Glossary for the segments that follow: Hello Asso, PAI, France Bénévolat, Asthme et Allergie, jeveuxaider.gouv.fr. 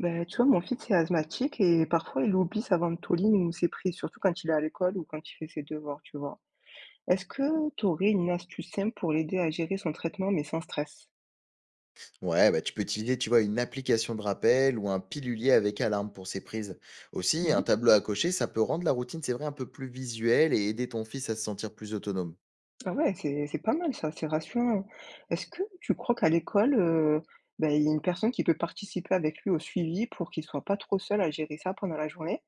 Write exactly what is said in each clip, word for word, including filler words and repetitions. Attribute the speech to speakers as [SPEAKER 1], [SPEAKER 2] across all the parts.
[SPEAKER 1] Ben, tu vois, mon fils est asthmatique et parfois il oublie sa ventoline ou ses prises, surtout quand il est à l'école ou quand il fait ses devoirs, tu vois. Est-ce que tu aurais une astuce simple pour l'aider à gérer son traitement mais sans stress?
[SPEAKER 2] Ouais, bah, tu peux utiliser, tu vois, une application de rappel ou un pilulier avec alarme pour ces prises. Aussi,
[SPEAKER 1] Mhm.
[SPEAKER 2] un tableau à cocher, ça peut rendre la routine, c'est vrai, un peu plus visuelle et aider ton fils à se sentir plus autonome.
[SPEAKER 1] Ah ouais, c'est c'est pas mal ça, c'est rassurant. Est-ce que tu crois qu'à l'école, euh, ben, il y a une personne qui peut participer avec lui au suivi pour qu'il soit pas trop seul à gérer ça pendant la journée?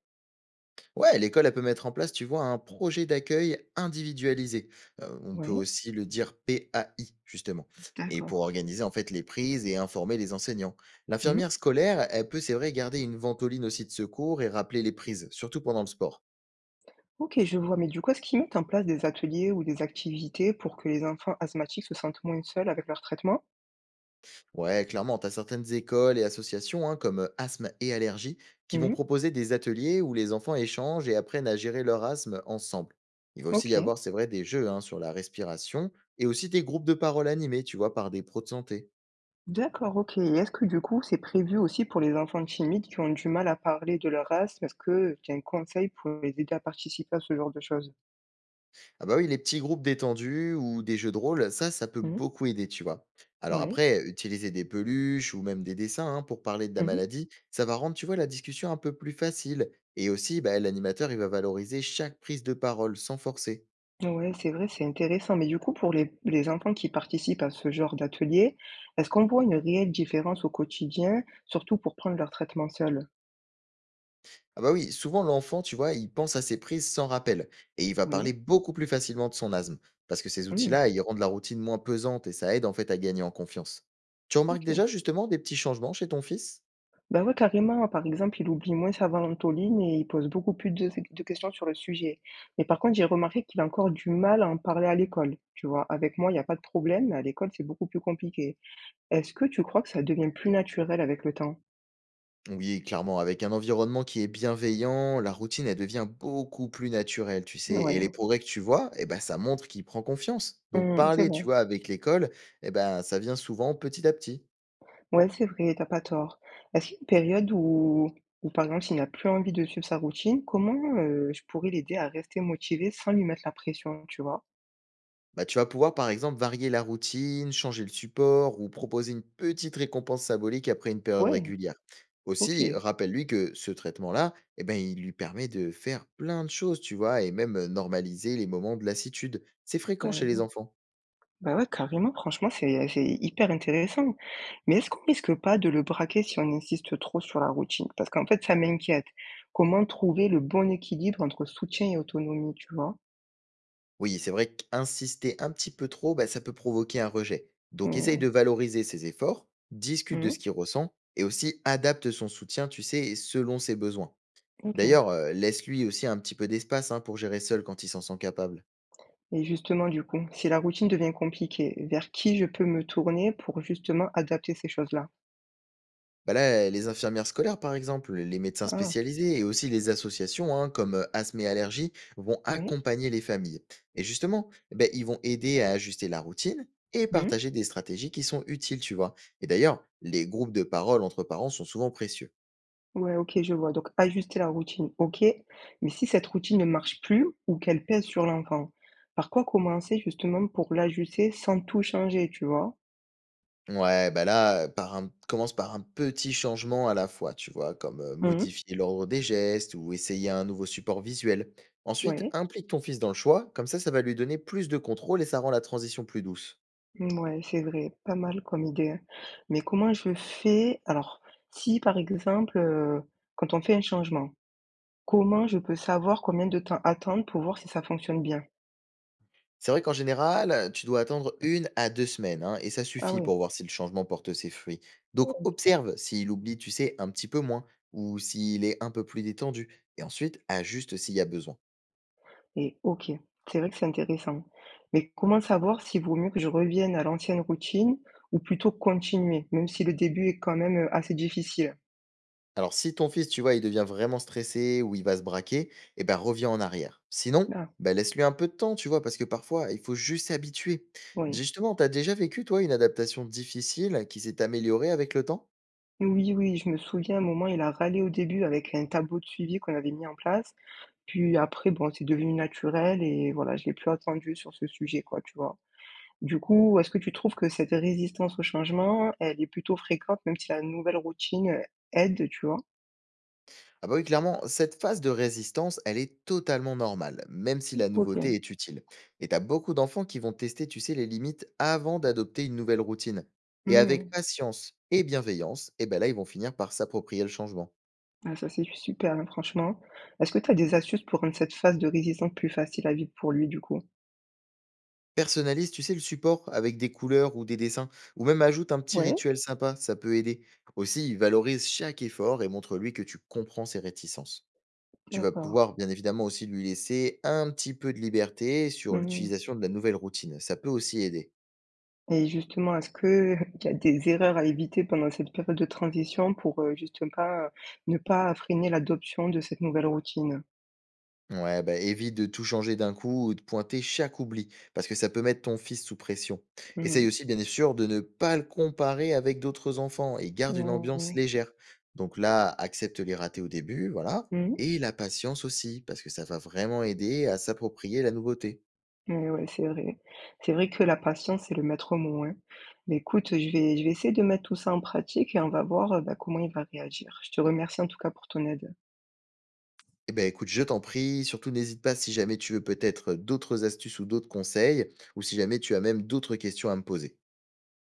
[SPEAKER 2] Ouais, l'école, elle peut mettre en place, tu vois, un projet d'accueil individualisé. Euh, on peut
[SPEAKER 1] Ouais,
[SPEAKER 2] aussi le dire P A I, justement. Et pour
[SPEAKER 1] d'accord.
[SPEAKER 2] organiser, en fait, les prises et informer les enseignants.
[SPEAKER 1] Mhm.
[SPEAKER 2] L'infirmière scolaire, elle peut, c'est vrai, garder une ventoline aussi de secours et rappeler les prises, surtout pendant le sport.
[SPEAKER 1] Ok, je vois. Mais du coup, est-ce qu'ils mettent en place des ateliers ou des activités pour que les enfants asthmatiques se sentent moins seuls avec leur traitement?
[SPEAKER 2] Ouais, clairement, tu as certaines écoles et associations hein, comme euh, Asthme et Allergie qui vont
[SPEAKER 1] Mhm.
[SPEAKER 2] proposer des ateliers où les enfants échangent et apprennent à gérer leur asthme ensemble. Il va aussi y
[SPEAKER 1] OK,
[SPEAKER 2] avoir, c'est vrai, des jeux hein, sur la respiration et aussi des groupes de paroles animés, tu vois, par des pros de santé.
[SPEAKER 1] d'accord, OK. Et est-ce que du coup, c'est prévu aussi pour les enfants timides qui ont du mal à parler de leur race? Est-ce que tu as un conseil pour les aider à participer à ce genre de choses?
[SPEAKER 2] Ah bah oui, les petits groupes détendus ou des jeux de rôle, ça, ça peut
[SPEAKER 1] Mmh,
[SPEAKER 2] beaucoup aider, tu vois. Alors
[SPEAKER 1] ouais,
[SPEAKER 2] après, utiliser des peluches ou même des dessins hein, pour parler de la
[SPEAKER 1] mmh.
[SPEAKER 2] maladie, ça va rendre, tu vois, la discussion un peu plus facile. Et aussi, bah, l'animateur, il va valoriser chaque prise de parole sans forcer.
[SPEAKER 1] Ouais, c'est vrai, c'est intéressant, mais du coup, pour les les enfants qui participent à ce genre d'atelier, est-ce qu'on voit une réelle différence au quotidien, surtout pour prendre leur traitement seul?
[SPEAKER 2] Ah bah oui, souvent l'enfant, tu vois, il pense à ses prises sans rappel et il va
[SPEAKER 1] Oui,
[SPEAKER 2] parler beaucoup plus facilement de son asthme parce que ces
[SPEAKER 1] mmh,
[SPEAKER 2] outils-là, ils rendent la routine moins pesante et ça aide en fait à gagner en confiance. Tu remarques
[SPEAKER 1] OK.
[SPEAKER 2] déjà justement des petits changements chez ton fils.
[SPEAKER 1] Bah, ouais, carrément. Par exemple, il oublie moins sa Valentoline et il pose beaucoup plus de de questions sur le sujet. Mais par contre, j'ai remarqué qu'il a encore du mal à en parler à l'école, tu vois? Avec moi, il y a pas de problème, mais à l'école, c'est beaucoup plus compliqué. Est-ce que tu crois que ça devient plus naturel avec le temps?
[SPEAKER 2] Oui, clairement, avec un environnement qui est bienveillant, la routine, elle devient beaucoup plus naturelle, tu sais, et les
[SPEAKER 1] Ouais.
[SPEAKER 2] progrès que tu vois, eh ben ça montre qu'il prend confiance. Donc
[SPEAKER 1] Mmh, c'est
[SPEAKER 2] parler,
[SPEAKER 1] vrai.
[SPEAKER 2] tu vois, avec l'école, eh ben ça vient souvent petit à petit.
[SPEAKER 1] Ouais, c'est vrai, t'as pas tort. Est-ce qu'il y a une période où où par exemple, s'il n'a plus envie de suivre sa routine, comment, heu, je pourrais l'aider à rester motivé sans lui mettre la pression, tu vois?
[SPEAKER 2] Bah, tu vas pouvoir par exemple varier la routine, changer le support ou proposer une petite récompense symbolique après une période
[SPEAKER 1] Ouais,
[SPEAKER 2] régulière.
[SPEAKER 1] OK.
[SPEAKER 2] Aussi, rappelle-lui que ce traitement-là, eh ben, il lui permet de faire plein de choses, tu vois, et même euh, normaliser les moments de lassitude. C'est
[SPEAKER 1] Bah,
[SPEAKER 2] fréquent chez les
[SPEAKER 1] ouais.
[SPEAKER 2] enfants.
[SPEAKER 1] Bah, ouais, carrément, franchement, c'est c'est hyper intéressant. Mais est-ce qu'on risque pas de le braquer si on insiste trop sur la routine? Parce qu'en fait, ça m'inquiète. Comment trouver le bon équilibre entre soutien et autonomie, tu vois?
[SPEAKER 2] Oui, c'est vrai qu'insister un petit peu trop, bah, ça peut provoquer un rejet. Donc essaye
[SPEAKER 1] Mmh,
[SPEAKER 2] de valoriser ses efforts, discute de
[SPEAKER 1] mmh,
[SPEAKER 2] ce qu'il ressent et aussi adapte son soutien, tu sais, selon ses besoins.
[SPEAKER 1] OK.
[SPEAKER 2] D'ailleurs, euh, laisse-lui aussi un petit peu d'espace hein, pour gérer seul quand il s'en sent capable.
[SPEAKER 1] Et justement, du coup, si la routine devient compliquée, vers qui je peux me tourner pour justement adapter ces choses-là?
[SPEAKER 2] Bah là, les infirmières scolaires, par exemple, les médecins
[SPEAKER 1] Ah,
[SPEAKER 2] spécialisés et aussi les associations hein, comme euh, Asthme et Allergies vont
[SPEAKER 1] oui.
[SPEAKER 2] accompagner les familles. Et justement, eh ben, ils vont aider à ajuster la routine et
[SPEAKER 1] Mmh.
[SPEAKER 2] partager des stratégies qui sont utiles, tu vois. Et d'ailleurs, les groupes de parole entre parents sont souvent précieux.
[SPEAKER 1] Ouais, OK, je vois. Donc ajuster la routine, OK. Mais si cette routine ne marche plus ou qu'elle pèse sur l'enfant, par quoi commencer justement pour l'ajuster sans tout changer, tu vois?
[SPEAKER 2] Ouais, bah là, par un- commence par un petit changement à la fois, tu vois, comme euh,
[SPEAKER 1] Mmh.
[SPEAKER 2] modifier l'ordre des gestes ou essayer un nouveau support visuel. Ensuite,
[SPEAKER 1] Ouais.
[SPEAKER 2] implique ton fils dans le choix, comme ça, ça va lui donner plus de contrôle et ça rend la transition plus douce.
[SPEAKER 1] Mouais, c'est vrai, pas mal comme idée, hein. Mais comment je fais? Alors, si par exemple, heu, quand on fait un changement, comment je peux savoir combien de temps attendre pour voir si ça fonctionne bien?
[SPEAKER 2] C'est vrai qu'en général, tu dois attendre une à deux semaines, hein, et ça
[SPEAKER 1] Ah
[SPEAKER 2] suffit
[SPEAKER 1] ouais.
[SPEAKER 2] pour voir si le changement porte ses fruits. Donc observe s'il oublie, tu sais, un petit peu moins ou s'il est un peu plus détendu et ensuite ajuste s'il y a besoin.
[SPEAKER 1] Et OK, c'est vrai que c'est intéressant. Mais comment savoir s'il vaut mieux que je revienne à l'ancienne routine ou plutôt continuer, même si le début est quand même, heu, assez difficile?
[SPEAKER 2] Alors si ton fils, tu vois, il devient vraiment stressé ou il va se braquer, et ben reviens en arrière. Sinon,
[SPEAKER 1] Ah,
[SPEAKER 2] bah, laisse-lui un peu de temps, tu vois? Parce que parfois, il faut juste s'habituer.
[SPEAKER 1] oui.
[SPEAKER 2] Justement, t'as déjà vécu, toi, une adaptation difficile qui s'est améliorée avec le temps?
[SPEAKER 1] Oui, oui, je me souviens, à un moment, il a râlé au début avec un tableau de suivi qu'on avait mis en place. Puis après, bon, c'est devenu naturel et voilà, je l'ai plus attendu sur ce sujet, quoi, tu vois? Du coup, est-ce que tu trouves que cette résistance au changement, elle est plutôt fréquente, même si la nouvelle routine, heu, aide, tu vois?
[SPEAKER 2] Ah bah oui, clairement, cette phase de résistance, elle est totalement normale, même si la nouveauté
[SPEAKER 1] OK.
[SPEAKER 2] est utile. Et t'as beaucoup d'enfants qui vont tester, tu sais, les limites avant d'adopter une nouvelle routine. Et avec
[SPEAKER 1] Mmh.
[SPEAKER 2] patience et bienveillance, et ben là, ils vont finir par s'approprier le changement.
[SPEAKER 1] Ah ça, c'est super, hein, franchement. Est-ce que tu as des astuces pour rendre cette phase de résistance plus facile à vivre pour lui, du coup?
[SPEAKER 2] Personnalise, tu sais, le support avec des couleurs ou des dessins, ou même ajoute un petit
[SPEAKER 1] Ouais?
[SPEAKER 2] rituel sympa, ça peut aider. Aussi, valorise chaque effort et montre-lui que tu comprends ses réticences. Tu vas
[SPEAKER 1] D'accord.
[SPEAKER 2] pouvoir bien évidemment aussi lui laisser un petit peu de liberté sur
[SPEAKER 1] Mmh.
[SPEAKER 2] l'utilisation de la nouvelle routine, ça peut aussi aider.
[SPEAKER 1] Et justement, est-ce que il y a des erreurs à éviter pendant cette période de transition pour, heu, juste pas, ne pas freiner l'adoption de cette nouvelle routine?
[SPEAKER 2] Ouais, bah, évite de tout changer d'un coup ou de pointer chaque oubli, parce que ça peut mettre ton fils sous pression. Essaye
[SPEAKER 1] Mmh.
[SPEAKER 2] aussi, bien sûr, de ne pas le comparer avec d'autres enfants et garde une
[SPEAKER 1] Mmh
[SPEAKER 2] ambiance
[SPEAKER 1] mh.
[SPEAKER 2] légère. Donc là, accepte les ratés au début, voilà,
[SPEAKER 1] Mmh.
[SPEAKER 2] et la patience aussi, parce que ça va vraiment aider à s'approprier la nouveauté.
[SPEAKER 1] Mais ouais, c'est vrai. C'est vrai que la patience, c'est le maître mot, hein. Mais écoute, je vais je vais essayer de mettre tout ça en pratique et on va voir, heu, bah, comment il va réagir. Je te remercie en tout cas pour ton aide.
[SPEAKER 2] Eh ben écoute, je t'en prie, surtout n'hésite pas si jamais tu veux peut-être d'autres astuces ou d'autres conseils, ou si jamais tu as même d'autres questions à me poser.